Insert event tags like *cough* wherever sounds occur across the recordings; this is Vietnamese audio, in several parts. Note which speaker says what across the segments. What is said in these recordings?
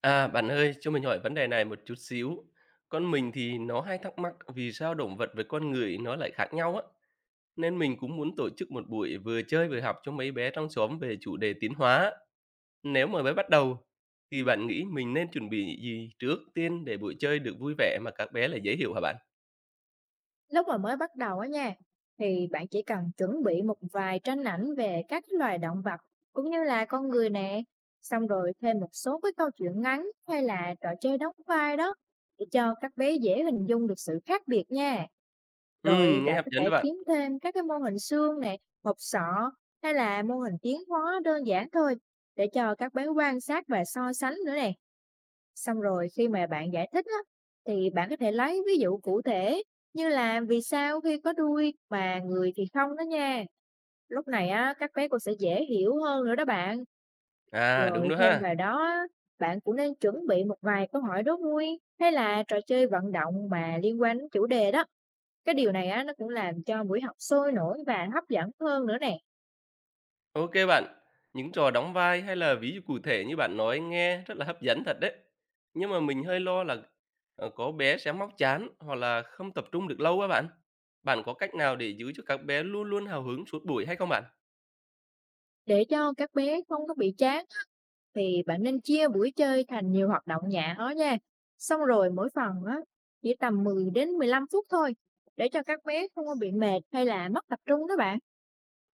Speaker 1: À, bạn ơi, cho mình hỏi vấn đề này một chút xíu. Con mình thì nó hay thắc mắc vì sao động vật với con người nó lại khác nhau á. Nên mình cũng muốn tổ chức một buổi vừa chơi vừa học cho mấy bé trong xóm về chủ đề tiến hóa. Nếu mà mới bắt đầu, thì bạn nghĩ mình nên chuẩn bị gì trước tiên để buổi chơi được vui vẻ mà các bé lại dễ hiểu hả bạn?
Speaker 2: Lúc mà mới bắt đầu á nha, thì bạn chỉ cần chuẩn bị một vài tranh ảnh về các cái loài động vật cũng như là con người nè, xong rồi thêm một số cái câu chuyện ngắn hay là trò chơi đóng vai đó để cho các bé dễ hình dung được sự khác biệt nha.
Speaker 1: Ừ,
Speaker 2: Rồi
Speaker 1: nghe
Speaker 2: bạn
Speaker 1: hấp
Speaker 2: có
Speaker 1: dẫn đó
Speaker 2: thể
Speaker 1: bạn.
Speaker 2: kiếm thêm các cái mô hình xương nè, hộp sọ hay là mô hình tiến hóa đơn giản thôi để cho các bé quan sát và so sánh nữa nè. Xong rồi khi mà bạn giải thích á, thì bạn có thể lấy ví dụ cụ thể như là vì sao khi có đuôi mà người thì không đó nha. Lúc này á, các bé cũng sẽ dễ hiểu hơn nữa đó bạn.
Speaker 1: À, đúng
Speaker 2: Rồi
Speaker 1: đó
Speaker 2: thêm
Speaker 1: ha.
Speaker 2: vào đó, á, bạn cũng nên chuẩn bị một vài câu hỏi đố vui hay là trò chơi vận động mà liên quan đến chủ đề đó. Cái điều này á, nó cũng làm cho buổi học sôi nổi và hấp dẫn hơn nữa nè.
Speaker 1: OK bạn, những trò đóng vai hay là ví dụ cụ thể như bạn nói nghe rất là hấp dẫn thật đấy. Nhưng mà mình hơi lo là, có bé sẽ móc chán hoặc là không tập trung được lâu á bạn. Bạn có cách nào để giữ cho các bé luôn luôn hào hứng suốt buổi hay không bạn?
Speaker 2: Để cho các bé không có bị chán thì bạn nên chia buổi chơi thành nhiều hoạt động nhẹ đó nha. Xong rồi mỗi phần á, chỉ tầm 10 đến 15 phút thôi để cho các bé không có bị mệt hay là mất tập trung đó bạn.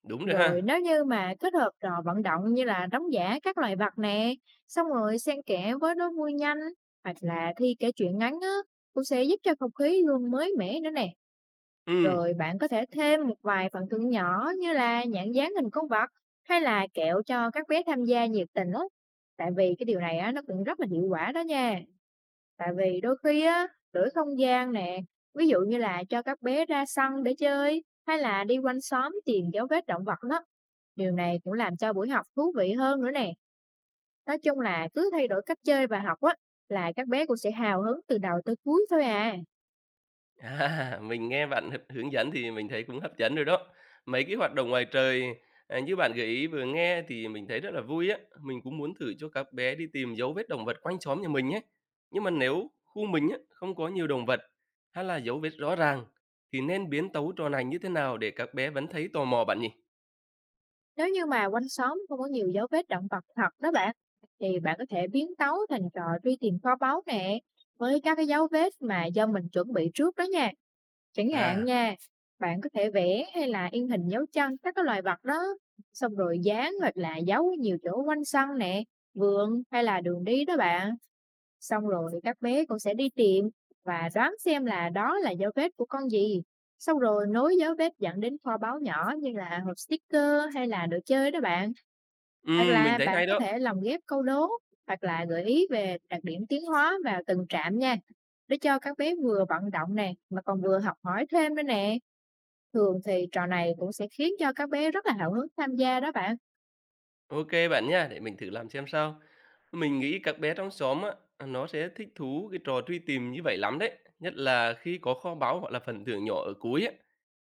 Speaker 1: Đúng rồi
Speaker 2: Rồi
Speaker 1: ha.
Speaker 2: nếu như mà kết hợp trò vận động như là đóng giả các loài vật nè, xong rồi xen kẽ với đố vui nhanh hoặc là thi kể chuyện ngắn á, cũng sẽ giúp cho không khí luôn mới mẻ nữa nè.
Speaker 1: Ừ.
Speaker 2: Rồi bạn có thể thêm một vài phần thưởng nhỏ như là nhãn dán hình con vật hay là kẹo cho các bé tham gia nhiệt tình á. Tại vì cái điều này á, nó cũng rất là hiệu quả đó nha. Tại vì đôi khi á, đổi không gian nè, ví dụ như là cho các bé ra sân để chơi hay là đi quanh xóm tìm dấu vết động vật đó. Điều này cũng làm cho buổi học thú vị hơn nữa nè. Nói chung là cứ thay đổi cách chơi và học á, là các bé cũng sẽ hào hứng từ đầu tới cuối thôi à.
Speaker 1: À, mình nghe bạn hướng dẫn thì mình thấy cũng hấp dẫn rồi đó. Mấy cái hoạt động ngoài trời, như bạn gợi ý vừa nghe thì mình thấy rất là vui á. Mình cũng muốn thử cho các bé đi tìm dấu vết động vật quanh xóm nhà mình nhé. Nhưng mà nếu khu mình á, không có nhiều động vật hay là dấu vết rõ ràng thì nên biến tấu trò này như thế nào để các bé vẫn thấy tò mò bạn nhỉ?
Speaker 2: Nếu như mà quanh xóm không có nhiều dấu vết động vật thật đó bạn, thì bạn có thể biến tấu thành trò truy tìm kho báu nè, với các cái dấu vết mà do mình chuẩn bị trước đó nha. Chẳng hạn
Speaker 1: À,
Speaker 2: nha, bạn có thể vẽ hay là in hình dấu chân các cái loài vật đó, xong rồi dán hoặc là dấu ở nhiều chỗ quanh sân nè, vườn hay là đường đi đó bạn. Xong rồi các bé cũng sẽ đi tìm và đoán xem là đó là dấu vết của con gì. Xong rồi nối dấu vết dẫn đến kho báu nhỏ như là hộp sticker hay là đồ chơi đó bạn. Hoặc
Speaker 1: mình
Speaker 2: là
Speaker 1: thấy
Speaker 2: bạn
Speaker 1: hay
Speaker 2: có
Speaker 1: đó.
Speaker 2: thể lồng ghép câu đố hoặc là gợi ý về đặc điểm tiến hóa vào từng trạm nha. Để cho các bé vừa vận động nè mà còn vừa học hỏi thêm nữa nè. Thường thì trò này cũng sẽ khiến cho các bé rất là hào hứng tham gia đó bạn.
Speaker 1: OK bạn nha, để mình thử làm xem sao. Mình nghĩ các bé trong xóm á, nó sẽ thích thú cái trò truy tìm như vậy lắm đấy, nhất là khi có kho báu hoặc là phần thưởng nhỏ ở cuối á.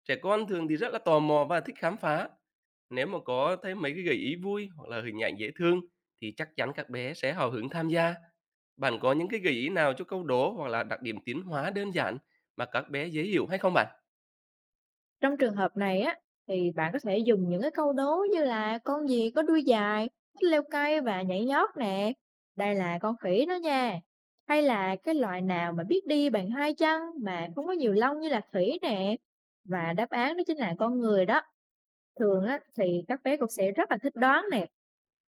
Speaker 1: Trẻ con thường thì rất là tò mò và thích khám phá. Nếu mà có thấy mấy cái gợi ý vui hoặc là hình ảnh dễ thương thì chắc chắn các bé sẽ hào hứng tham gia. Bạn có những cái gợi ý nào cho câu đố hoặc là đặc điểm tiến hóa đơn giản mà các bé dễ hiểu hay không bạn?
Speaker 2: Trong trường hợp này á, thì bạn có thể dùng những cái câu đố như là: con gì có đuôi dài, thích leo cây và nhảy nhót nè? Đây là con khỉ đó nha. Hay là cái loài nào mà biết đi bằng hai chân mà không có nhiều lông như là khỉ nè? Và đáp án đó chính là con người đó. Thường á, thì các bé cũng sẽ rất là thích đoán nè.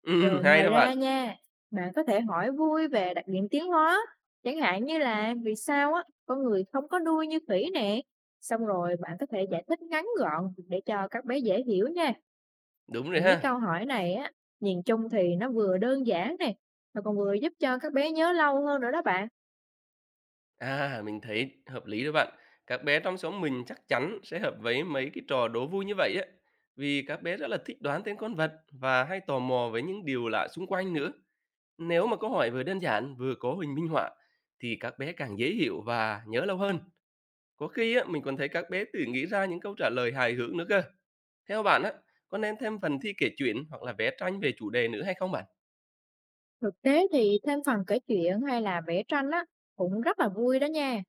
Speaker 1: *laughs*
Speaker 2: Rồi
Speaker 1: Hay
Speaker 2: ngoài
Speaker 1: đó bạn,
Speaker 2: ra nha, bạn có thể hỏi vui về đặc điểm tiến hóa, chẳng hạn như là vì sao á con người không có đuôi như khỉ nè. Xong rồi bạn có thể giải thích ngắn gọn để cho các bé dễ hiểu nha.
Speaker 1: đúng rồi
Speaker 2: Những cái
Speaker 1: ha.
Speaker 2: câu hỏi này á, nhìn chung thì nó vừa đơn giản này mà còn vừa giúp cho các bé nhớ lâu hơn nữa đó bạn.
Speaker 1: À, mình thấy hợp lý đó bạn. Các bé trong xóm mình chắc chắn sẽ hợp với mấy cái trò đố vui như vậy ấy. Vì các bé rất là thích đoán tên con vật và hay tò mò với những điều lạ xung quanh nữa. Nếu mà câu hỏi vừa đơn giản vừa có hình minh họa thì các bé càng dễ hiểu và nhớ lâu hơn. Có khi á, mình còn thấy các bé tự nghĩ ra những câu trả lời hài hước nữa cơ. Theo bạn á, có nên thêm phần thi kể chuyện hoặc là vẽ tranh về chủ đề nữa hay không bạn?
Speaker 2: Thực tế thì thêm phần kể chuyện hay là vẽ tranh á cũng rất là vui đó nha.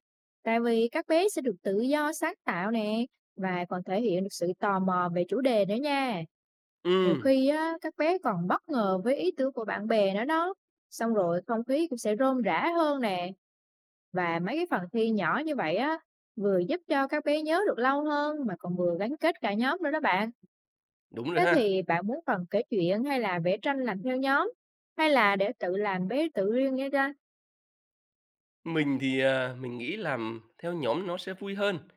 Speaker 2: Tại vì các bé sẽ được tự do sáng tạo nè và còn thể hiện được sự tò mò về chủ đề nữa nha. Nhiều
Speaker 1: Ừ,
Speaker 2: khi á, các bé còn bất ngờ với ý tưởng của bạn bè nữa đó. Xong rồi không khí cũng sẽ rôm rã hơn nè. Và mấy cái phần thi nhỏ như vậy á vừa giúp cho các bé nhớ được lâu hơn mà còn vừa gắn kết cả nhóm nữa đó bạn.
Speaker 1: đúng rồi
Speaker 2: Thế
Speaker 1: ha.
Speaker 2: thì bạn muốn phần kể chuyện hay là vẽ tranh làm theo nhóm? Hay là để tự làm bé tự riêng nghe ra?
Speaker 1: Mình thì, mình nghĩ làm theo nhóm nó sẽ vui hơn,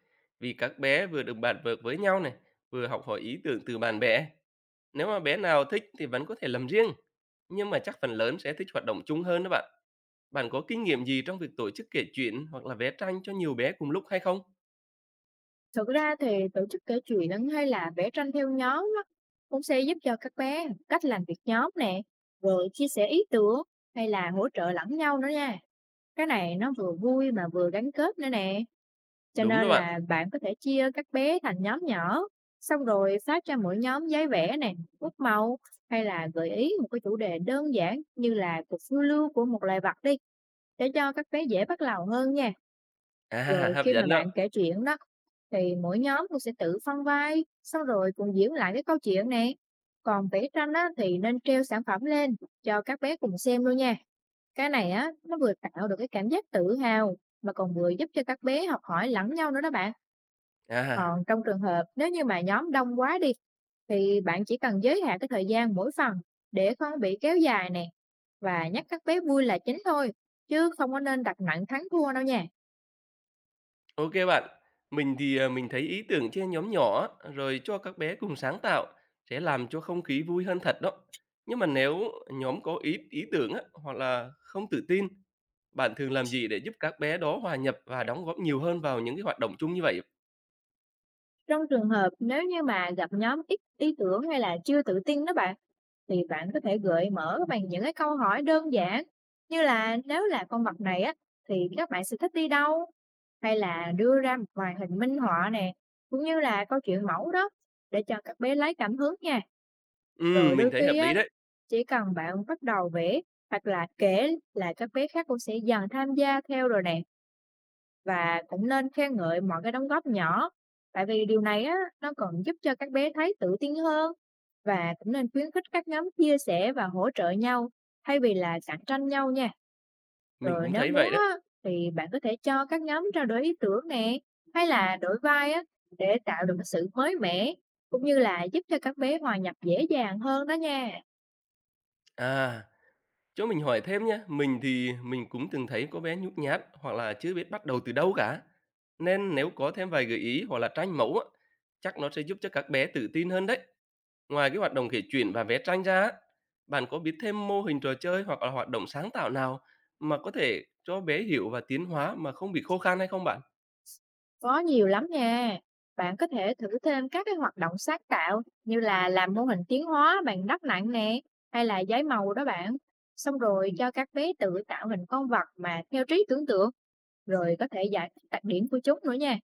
Speaker 1: vì các bé vừa được bàn việc với nhau này, vừa học hỏi ý tưởng từ bạn bè. Nếu mà bé nào thích thì vẫn có thể làm riêng, nhưng mà chắc phần lớn sẽ thích hoạt động chung hơn đó bạn. Bạn có kinh nghiệm gì trong việc tổ chức kể chuyện hoặc là vẽ tranh cho nhiều bé cùng lúc hay không?
Speaker 2: Thực ra thì tổ chức kể chuyện hay là vẽ tranh theo nhóm á, cũng sẽ giúp cho các bé cách làm việc nhóm nè, rồi chia sẻ ý tưởng hay là hỗ trợ lẫn nhau nữa nha. Cái này nó vừa vui mà vừa gắn kết nữa nè. Cho
Speaker 1: Đúng
Speaker 2: nên
Speaker 1: đó bạn.
Speaker 2: là bạn có thể chia các bé thành nhóm nhỏ, xong rồi phát cho mỗi nhóm giấy vẽ nè, bút màu, hay là gợi ý một cái chủ đề đơn giản như là cuộc phiêu lưu của một loài vật đi. Để cho các bé dễ bắt đầu hơn nha.
Speaker 1: À, *laughs*
Speaker 2: Rồi
Speaker 1: hấp
Speaker 2: khi mà
Speaker 1: dẫn đó.
Speaker 2: bạn kể chuyện đó, thì mỗi nhóm cũng sẽ tự phân vai, xong rồi cùng diễn lại cái câu chuyện này. Còn vẽ tranh á, thì nên treo sản phẩm lên cho các bé cùng xem luôn nha. Cái này á, nó vừa tạo được cái cảm giác tự hào mà còn vừa giúp cho các bé học hỏi lẫn nhau nữa đó bạn.
Speaker 1: À.
Speaker 2: Còn trong trường hợp nếu như mà nhóm đông quá đi thì bạn chỉ cần giới hạn cái thời gian mỗi phần để không bị kéo dài nè, và nhắc các bé vui là chính thôi, chứ không có nên đặt nặng thắng thua đâu nha.
Speaker 1: OK bạn. Mình thì, mình thấy ý tưởng chia nhóm nhỏ rồi cho các bé cùng sáng tạo sẽ làm cho không khí vui hơn thật đó. Nhưng mà nếu nhóm có ít ý tưởng á, hoặc là không tự tin, bạn thường làm gì để giúp các bé đó hòa nhập và đóng góp nhiều hơn vào những cái hoạt động chung như vậy?
Speaker 2: Trong trường hợp nếu như mà gặp nhóm ít ý tưởng hay là chưa tự tin đó bạn, thì bạn có thể gợi mở bằng những cái câu hỏi đơn giản như là: nếu là con vật này á thì các bạn sẽ thích đi đâu? Hay là đưa ra một vài hình minh họa nè, cũng như là câu chuyện mẫu đó để cho các bé lấy cảm hứng nha. Rồi
Speaker 1: Mình
Speaker 2: đôi
Speaker 1: thấy hợp
Speaker 2: khi
Speaker 1: lý
Speaker 2: á,
Speaker 1: đấy,
Speaker 2: chỉ cần bạn bắt đầu vẽ hoặc là kể là các bé khác cũng sẽ dần tham gia theo rồi nè. Và cũng nên khen ngợi mọi cái đóng góp nhỏ, tại vì điều này á, nó còn giúp cho các bé thấy tự tin hơn. Và cũng nên khuyến khích các nhóm chia sẻ và hỗ trợ nhau, thay vì là cạnh tranh nhau nha.
Speaker 1: mình
Speaker 2: Rồi
Speaker 1: cũng
Speaker 2: nếu
Speaker 1: thấy
Speaker 2: muốn
Speaker 1: vậy đó.
Speaker 2: á, thì bạn có thể cho các nhóm trao đổi ý tưởng nè, hay là đổi vai á, để tạo được cái sự mới mẻ, cũng như là giúp cho các bé hòa nhập dễ dàng hơn đó nha.
Speaker 1: À. Cho mình hỏi thêm nhé mình thì mình cũng từng thấy có bé nhút nhát hoặc là chưa biết bắt đầu từ đâu cả. Nên nếu có thêm vài gợi ý hoặc là tranh mẫu á, chắc nó sẽ giúp cho các bé tự tin hơn đấy. Ngoài cái hoạt động kể chuyện và vẽ tranh ra, á, bạn có biết thêm mô hình trò chơi hoặc là hoạt động sáng tạo nào mà có thể cho bé hiểu và tiến hóa mà không bị khô khan hay không bạn?
Speaker 2: Có nhiều lắm nha. Bạn có thể thử thêm các cái hoạt động sáng tạo như là làm mô hình tiến hóa bằng đất nặng nè, hay là giấy màu đó bạn. Xong rồi cho các bé tự tạo hình con vật mà theo trí tưởng tượng, rồi có thể giải thích đặc điểm của chúng nữa nha.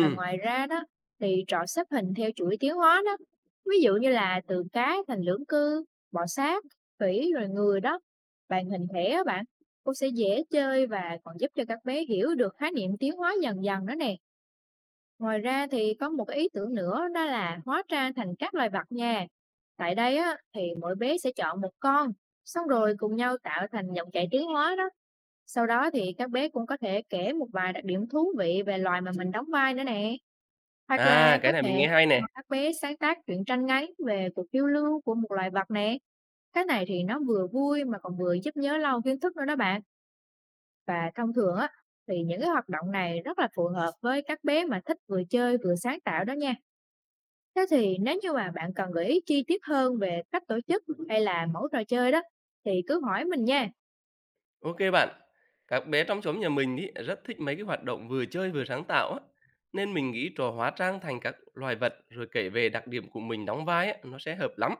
Speaker 2: Và ngoài ra đó, thì trò xếp hình theo chuỗi tiến hóa đó. Ví dụ như là từ cá thành lưỡng cư, bò sát, khỉ rồi người đó. Bạn hình thể á bạn, cũng sẽ dễ chơi và còn giúp cho các bé hiểu được khái niệm tiến hóa dần dần nữa nè. Ngoài ra thì có một cái ý tưởng nữa đó là hóa trang thành các loài vật nha. Tại đây á, thì mỗi bé sẽ chọn một con, xong rồi cùng nhau tạo thành dòng chảy tiến hóa đó. Sau đó thì các bé cũng có thể kể một vài đặc điểm thú vị về loài mà mình đóng vai nữa nè. Hoặc là
Speaker 1: à
Speaker 2: có
Speaker 1: cái này mình
Speaker 2: thể
Speaker 1: nghe hay nè.
Speaker 2: mời các bé sáng tác truyện tranh ngắn về cuộc phiêu lưu của một loài vật nè. Cái này thì nó vừa vui mà còn vừa giúp nhớ lâu kiến thức nữa đó bạn. Và thông thường á, thì những cái hoạt động này rất là phù hợp với các bé mà thích vừa chơi vừa sáng tạo đó nha. Thế thì nếu như mà bạn cần gợi ý chi tiết hơn về cách tổ chức hay là mẫu trò chơi đó, thì cứ hỏi mình nha.
Speaker 1: OK bạn. Các bé trong xóm nhà mình ấy rất thích mấy cái hoạt động vừa chơi vừa sáng tạo á. Nên mình nghĩ trò hóa trang thành các loài vật rồi kể về đặc điểm của mình đóng vai á, nó sẽ hợp lắm.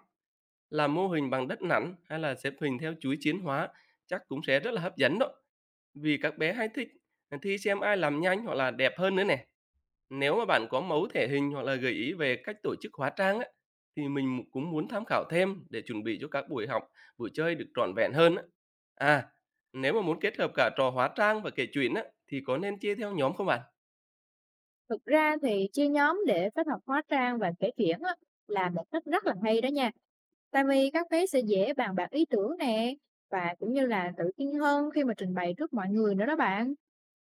Speaker 1: Làm mô hình bằng đất nặn hay là xếp hình theo chuỗi chiến hóa chắc cũng sẽ rất là hấp dẫn đó. Vì các bé hay thích thi xem ai làm nhanh hoặc là đẹp hơn nữa nè. Nếu mà bạn có mẫu thể hình hoặc là gợi ý về cách tổ chức hóa trang á, thì mình cũng muốn tham khảo thêm để chuẩn bị cho các buổi học, buổi chơi được trọn vẹn hơn á. À, nếu mà muốn kết hợp cả trò hóa trang và kể chuyện á, thì có nên chia theo nhóm không bạn?
Speaker 2: Thực ra thì chia nhóm để kết hợp hóa trang và kể chuyện á, là một cách rất là hay đó nha. Tại vì các bé sẽ dễ bàn bạc ý tưởng nè, và cũng như là tự tin hơn khi mà trình bày trước mọi người nữa đó bạn.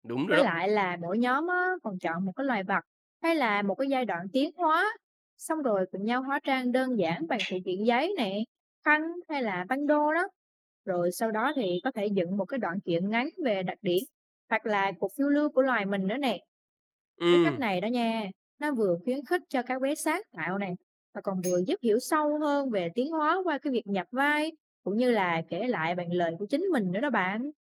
Speaker 1: Đúng rồi
Speaker 2: Với
Speaker 1: đó.
Speaker 2: lại là mỗi nhóm á, còn chọn một cái loài vật hay là một cái giai đoạn tiến hóa, xong rồi cùng nhau hóa trang đơn giản bằng phụ kiện giấy nè, khăn hay là băng đô đó. Rồi sau đó thì có thể dựng một cái đoạn truyện ngắn về đặc điểm hoặc là cuộc phiêu lưu của loài mình nữa nè. Cái cách
Speaker 1: Ừ,
Speaker 2: này đó nha, nó vừa khuyến khích cho các bé sáng tạo này, và còn vừa giúp hiểu sâu hơn về tiến hóa qua cái việc nhập vai, cũng như là kể lại bằng lời của chính mình nữa đó bạn.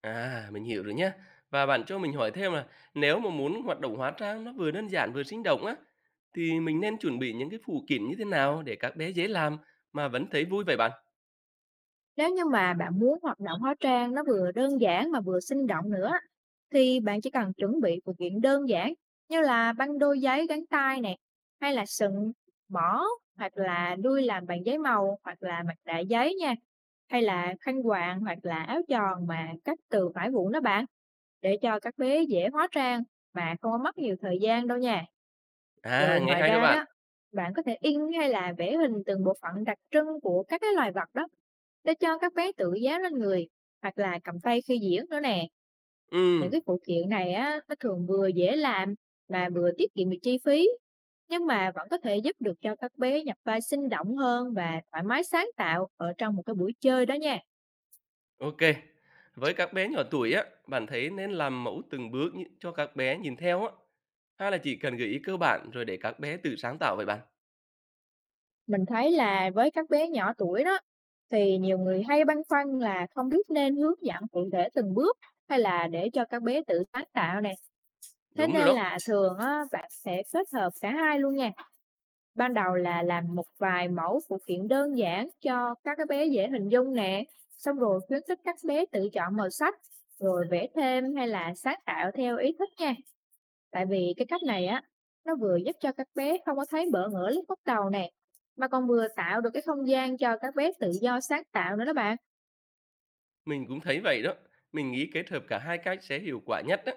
Speaker 1: à mình hiểu rồi nhé. Và bạn cho mình hỏi thêm là nếu mà muốn hoạt động hóa trang nó vừa đơn giản vừa sinh động á, thì mình nên chuẩn bị những cái phụ kiện như thế nào để các bé dễ làm mà vẫn thấy vui vậy bạn?
Speaker 2: Nếu như mà bạn muốn hoạt động hóa trang nó vừa đơn giản mà vừa sinh động nữa, thì bạn chỉ cần chuẩn bị phụ kiện đơn giản như là băng đôi giấy gắn tay nè, hay là sừng, mỏ, hoặc là đuôi làm bằng giấy màu, hoặc là mặt nạ giấy nha, hay là khăn quàng, hoặc là áo tròn mà cắt từ vải vụn đó bạn, để cho các bé dễ hóa trang mà không có mất nhiều thời gian đâu nha. Rồi
Speaker 1: À, nghe
Speaker 2: ngoài
Speaker 1: hay đó
Speaker 2: ra
Speaker 1: bạn.
Speaker 2: đó, bạn có thể in hay là vẽ hình từng bộ phận đặc trưng của các cái loài vật đó, để cho các bé tự dán lên người hoặc là cầm tay khi diễn nữa nè.
Speaker 1: Ừ.
Speaker 2: Những cái phụ kiện này á, nó thường vừa dễ làm mà vừa tiết kiệm được chi phí, nhưng mà vẫn có thể giúp được cho các bé nhập vai sinh động hơn và thoải mái sáng tạo ở trong một cái buổi chơi đó nha.
Speaker 1: OK. Với các bé nhỏ tuổi á, bạn thấy nên làm mẫu từng bước như cho các bé nhìn theo á, hay là chỉ cần gợi ý cơ bản rồi để các bé tự sáng tạo vậy bạn?
Speaker 2: Mình thấy là với các bé nhỏ tuổi đó, thì nhiều người hay băn khoăn là không biết nên hướng dẫn cụ thể từng bước, hay là để cho các bé tự sáng tạo nè. Thế
Speaker 1: Đúng rồi
Speaker 2: nên
Speaker 1: đó,
Speaker 2: là thường á, bạn sẽ kết hợp cả hai luôn nha. Ban đầu là làm một vài mẫu phụ kiện đơn giản cho các cái bé dễ hình dung nè, xong rồi khuyến khích các bé tự chọn màu sắc, rồi vẽ thêm hay là sáng tạo theo ý thích nha. Tại vì cái cách này á, nó vừa giúp cho các bé không có thấy bỡ ngỡ lúc bắt đầu nè, mà còn vừa tạo được cái không gian cho các bé tự do sáng tạo nữa đó bạn.
Speaker 1: mình cũng thấy vậy đó. Mình nghĩ kết hợp cả hai cách sẽ hiệu quả nhất á.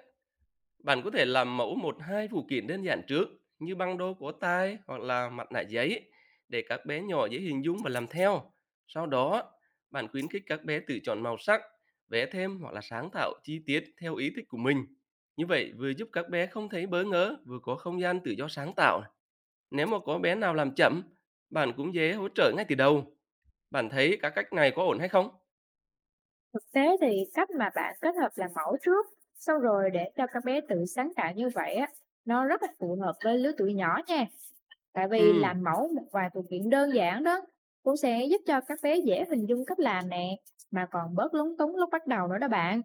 Speaker 1: Bạn có thể làm mẫu một hai phụ kiện đơn giản trước như băng đô cổ tay hoặc là mặt nạ giấy để các bé nhỏ dễ hình dung và làm theo. Sau đó, bạn khuyến khích các bé tự chọn màu sắc, vẽ thêm hoặc là sáng tạo chi tiết theo ý thích của mình. Như vậy vừa giúp các bé không thấy bỡ ngỡ, vừa có không gian tự do sáng tạo. Nếu mà có bé nào làm chậm, bạn cũng dễ hỗ trợ ngay từ đầu. Bạn thấy các cách này có ổn hay không?
Speaker 2: Thực tế thì cách mà bạn kết hợp làm mẫu trước, sau rồi để cho các bé tự sáng tạo như vậy á, nó rất là phù hợp với lứa tuổi nhỏ nha. Tại vì
Speaker 1: Ừ,
Speaker 2: làm mẫu một vài phụ kiện đơn giản đó cũng sẽ giúp cho các bé dễ hình dung cách làm nè, mà còn bớt lúng túng lúc bắt đầu nữa đó bạn.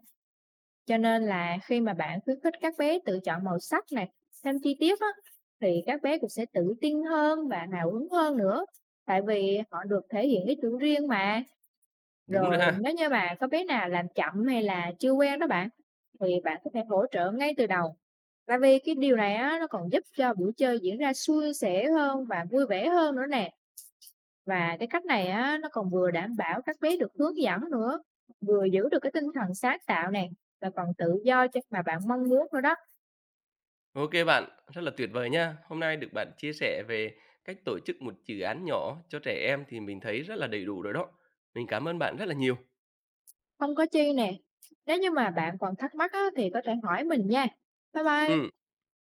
Speaker 2: Cho nên là khi mà bạn khuyến khích các bé tự chọn màu sắc này, thêm chi tiết á, thì các bé cũng sẽ tự tin hơn và hào hứng hơn nữa. Tại vì họ được thể hiện ý tưởng riêng mà.
Speaker 1: đúng rồi
Speaker 2: Rồi
Speaker 1: ha.
Speaker 2: nếu như mà có bé nào làm chậm hay là chưa quen đó bạn, thì bạn có thể hỗ trợ ngay từ đầu. Tại vì cái điều này á, nó còn giúp cho buổi chơi diễn ra suôn sẻ hơn và vui vẻ hơn nữa nè. Và cái cách này á, nó còn vừa đảm bảo các bé được hướng dẫn nữa, vừa giữ được cái tinh thần sáng tạo nè, và còn tự do cho mà bạn mong muốn nữa đó,
Speaker 1: OK bạn, rất là tuyệt vời nha. Hôm nay được bạn chia sẻ về cách tổ chức một dự án nhỏ cho trẻ em thì mình thấy rất là đầy đủ rồi đó. Mình cảm ơn bạn rất là nhiều.
Speaker 2: không có chi nè. Nếu như mà bạn còn thắc mắc á, thì có thể hỏi mình nha. Bye bye.
Speaker 1: Ừm.